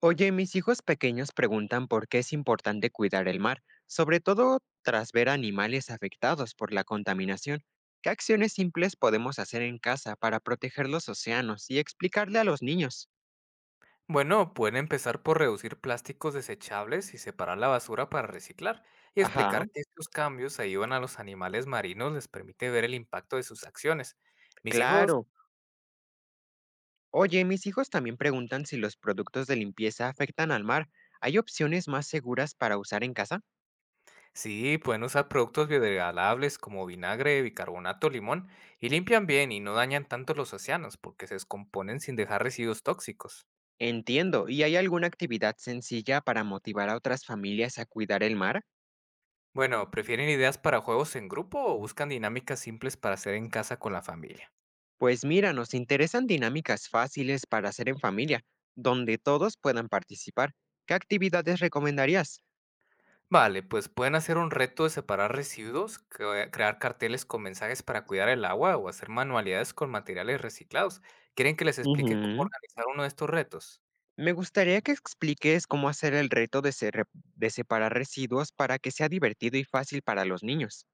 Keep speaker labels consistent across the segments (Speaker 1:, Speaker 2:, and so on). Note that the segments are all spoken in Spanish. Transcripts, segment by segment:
Speaker 1: Oye, mis hijos pequeños preguntan por qué es importante cuidar el mar, sobre todo tras ver animales afectados por la contaminación. ¿Qué acciones simples podemos hacer en casa para proteger los océanos y explicarle a los niños?
Speaker 2: Bueno, pueden empezar por reducir plásticos desechables y separar la basura para reciclar, y explicar
Speaker 1: Ajá,
Speaker 2: que estos cambios ayudan a los animales marinos les permite ver el impacto de sus acciones. Mis hijos,
Speaker 1: claro. Oye, mis hijos también preguntan si los productos de limpieza afectan al mar. ¿Hay opciones más seguras para usar en casa?
Speaker 2: sí, pueden usar productos biodegradables como vinagre, bicarbonato, limón, y limpian bien y no dañan tanto los océanos porque se descomponen sin dejar residuos tóxicos.
Speaker 1: Entiendo. ¿Y hay alguna actividad sencilla para motivar a otras familias a cuidar el mar?
Speaker 2: Bueno, ¿prefieren ideas para juegos en grupo o buscan dinámicas simples para hacer en casa con la familia?
Speaker 1: Pues mira, nos interesan dinámicas fáciles para hacer en familia, donde todos puedan participar. ¿Qué actividades recomendarías?
Speaker 2: Vale, pues pueden hacer un reto de separar residuos, crear carteles con mensajes para cuidar el agua o hacer manualidades con materiales reciclados. ¿Quieren que les explique cómo
Speaker 1: Ujú.
Speaker 2: organizar uno de estos retos?
Speaker 1: Me gustaría que expliques cómo hacer el reto de separar residuos para que sea divertido y fácil para los niños.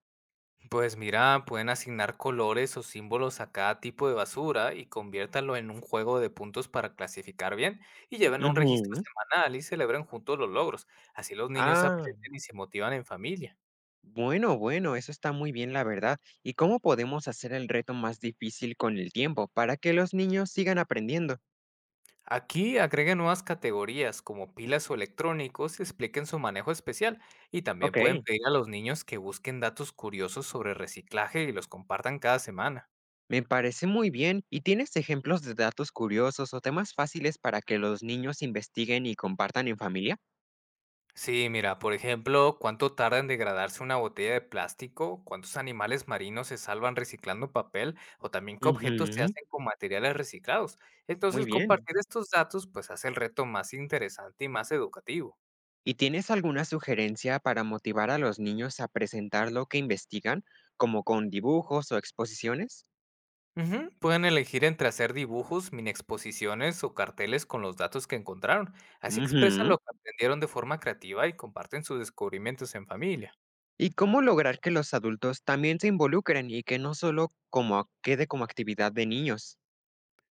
Speaker 2: Pues mira, pueden asignar colores o símbolos a cada tipo de basura y conviértanlo en un juego de puntos para clasificar bien y lleven un registro
Speaker 1: Ujú.
Speaker 2: semanal y celebren juntos los logros. Así los niños
Speaker 1: Ah,
Speaker 2: aprenden y se motivan en familia.
Speaker 1: bueno, eso está muy bien, la verdad. ¿Y cómo podemos hacer el reto más difícil con el tiempo para que los niños sigan aprendiendo?
Speaker 2: Aquí agreguen nuevas categorías como pilas o electrónicos y expliquen su manejo especial. Y también pueden
Speaker 1: Ok.
Speaker 2: pedir a los niños que busquen datos curiosos sobre reciclaje y los compartan cada semana.
Speaker 1: Me parece muy bien. ¿Y tienes ejemplos de datos curiosos o temas fáciles para que los niños investiguen y compartan en familia?
Speaker 2: Sí, mira, por ejemplo, cuánto tarda en degradarse una botella de plástico, cuántos animales marinos se salvan reciclando papel o también qué objetos se
Speaker 1: Ujú.
Speaker 2: hacen con materiales reciclados.
Speaker 1: Muy
Speaker 2: Entonces,
Speaker 1: bien.
Speaker 2: compartir estos datos pues hace el reto más interesante y más educativo.
Speaker 1: ¿Y tienes alguna sugerencia para motivar a los niños a presentar lo que investigan, como con dibujos o exposiciones?
Speaker 2: Ujú, pueden elegir entre hacer dibujos, mini exposiciones o carteles con los datos que encontraron. Así expresan
Speaker 1: Ujú.
Speaker 2: lo que aprendieron de forma creativa y comparten sus descubrimientos en familia.
Speaker 1: ¿Y cómo lograr que los adultos también se involucren y que no solo quede como actividad de niños?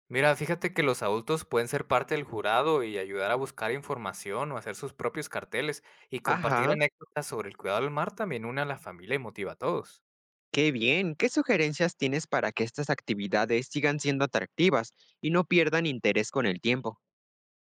Speaker 2: Mira, fíjate que los adultos pueden ser parte del jurado y ayudar a buscar información o hacer sus propios carteles y compartir
Speaker 1: Ajá.
Speaker 2: anécdotas sobre el cuidado del mar también une a la familia y motiva a todos.
Speaker 1: Qué bien, ¿qué sugerencias tienes para que estas actividades sigan siendo atractivas y no pierdan interés con el tiempo?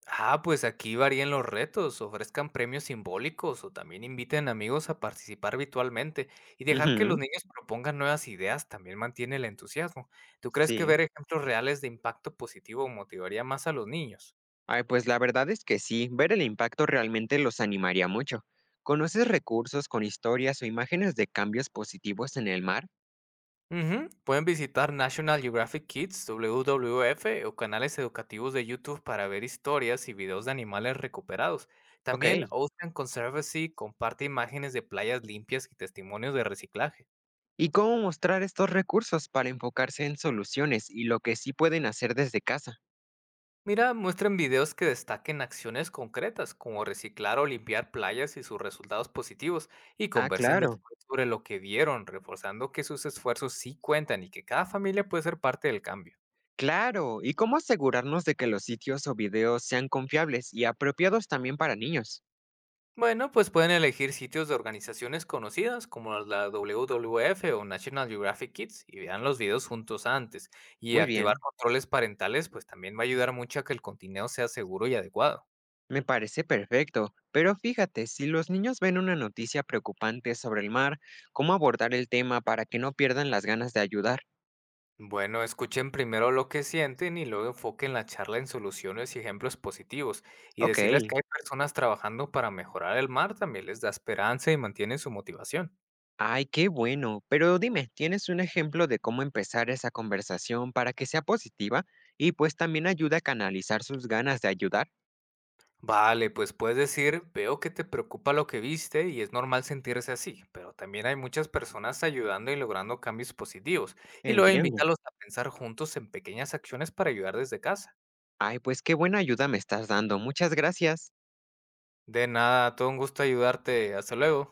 Speaker 2: Ah, pues aquí varían los retos, ofrezcan premios simbólicos o también inviten amigos a participar virtualmente y dejar que los
Speaker 1: Ujú.
Speaker 2: niños propongan nuevas ideas también mantiene el entusiasmo. ¿Tú crees que
Speaker 1: Sí.
Speaker 2: ver ejemplos reales de impacto positivo motivaría más a los niños?
Speaker 1: Ay, pues la verdad es que sí, ver el impacto realmente los animaría mucho. ¿Conoces recursos con historias o imágenes de cambios positivos en el mar?
Speaker 2: Ujú, pueden visitar National Geographic Kids, WWF o canales educativos de YouTube para ver historias y videos de animales recuperados. También
Speaker 1: Ok.
Speaker 2: Ocean Conservancy comparte imágenes de playas limpias y testimonios de reciclaje.
Speaker 1: ¿Y cómo mostrar estos recursos para enfocarse en soluciones y lo que sí pueden hacer desde casa?
Speaker 2: Mira, muestren videos que destaquen acciones concretas, como reciclar o limpiar playas y sus resultados positivos, y
Speaker 1: Ah,
Speaker 2: conversen
Speaker 1: claro.
Speaker 2: después sobre lo que vieron, reforzando que sus esfuerzos sí cuentan y que cada familia puede ser parte del cambio.
Speaker 1: Claro. ¿Y cómo asegurarnos de que los sitios o videos sean confiables y apropiados también para niños?
Speaker 2: Bueno, pues pueden elegir sitios de organizaciones conocidas como la WWF o National Geographic Kids y vean los videos juntos antes. Y
Speaker 1: Muy
Speaker 2: activar
Speaker 1: bien,
Speaker 2: controles parentales, pues también va a ayudar mucho a que el contenido sea seguro y adecuado.
Speaker 1: me parece perfecto, pero fíjate, si los niños ven una noticia preocupante sobre el mar, ¿cómo abordar el tema para que no pierdan las ganas de ayudar?
Speaker 2: Bueno, escuchen primero lo que sienten y luego enfoquen la charla en soluciones y ejemplos positivos. Y
Speaker 1: Ok,
Speaker 2: decirles que hay personas trabajando para mejorar el mar también les da esperanza y mantiene su motivación.
Speaker 1: ay, qué bueno, pero dime, ¿tienes un ejemplo de cómo empezar esa conversación para que sea positiva y pues también ayude a canalizar sus ganas de ayudar?
Speaker 2: Vale, pues puedes decir, veo que te preocupa lo que viste y es normal sentirse así, pero también hay muchas personas ayudando y logrando cambios positivos. Y luego
Speaker 1: Entiendo.
Speaker 2: invítalos a pensar juntos en pequeñas acciones para ayudar desde casa.
Speaker 1: Ay, pues qué buena ayuda me estás dando, muchas gracias.
Speaker 2: De nada, todo un gusto ayudarte. Hasta luego.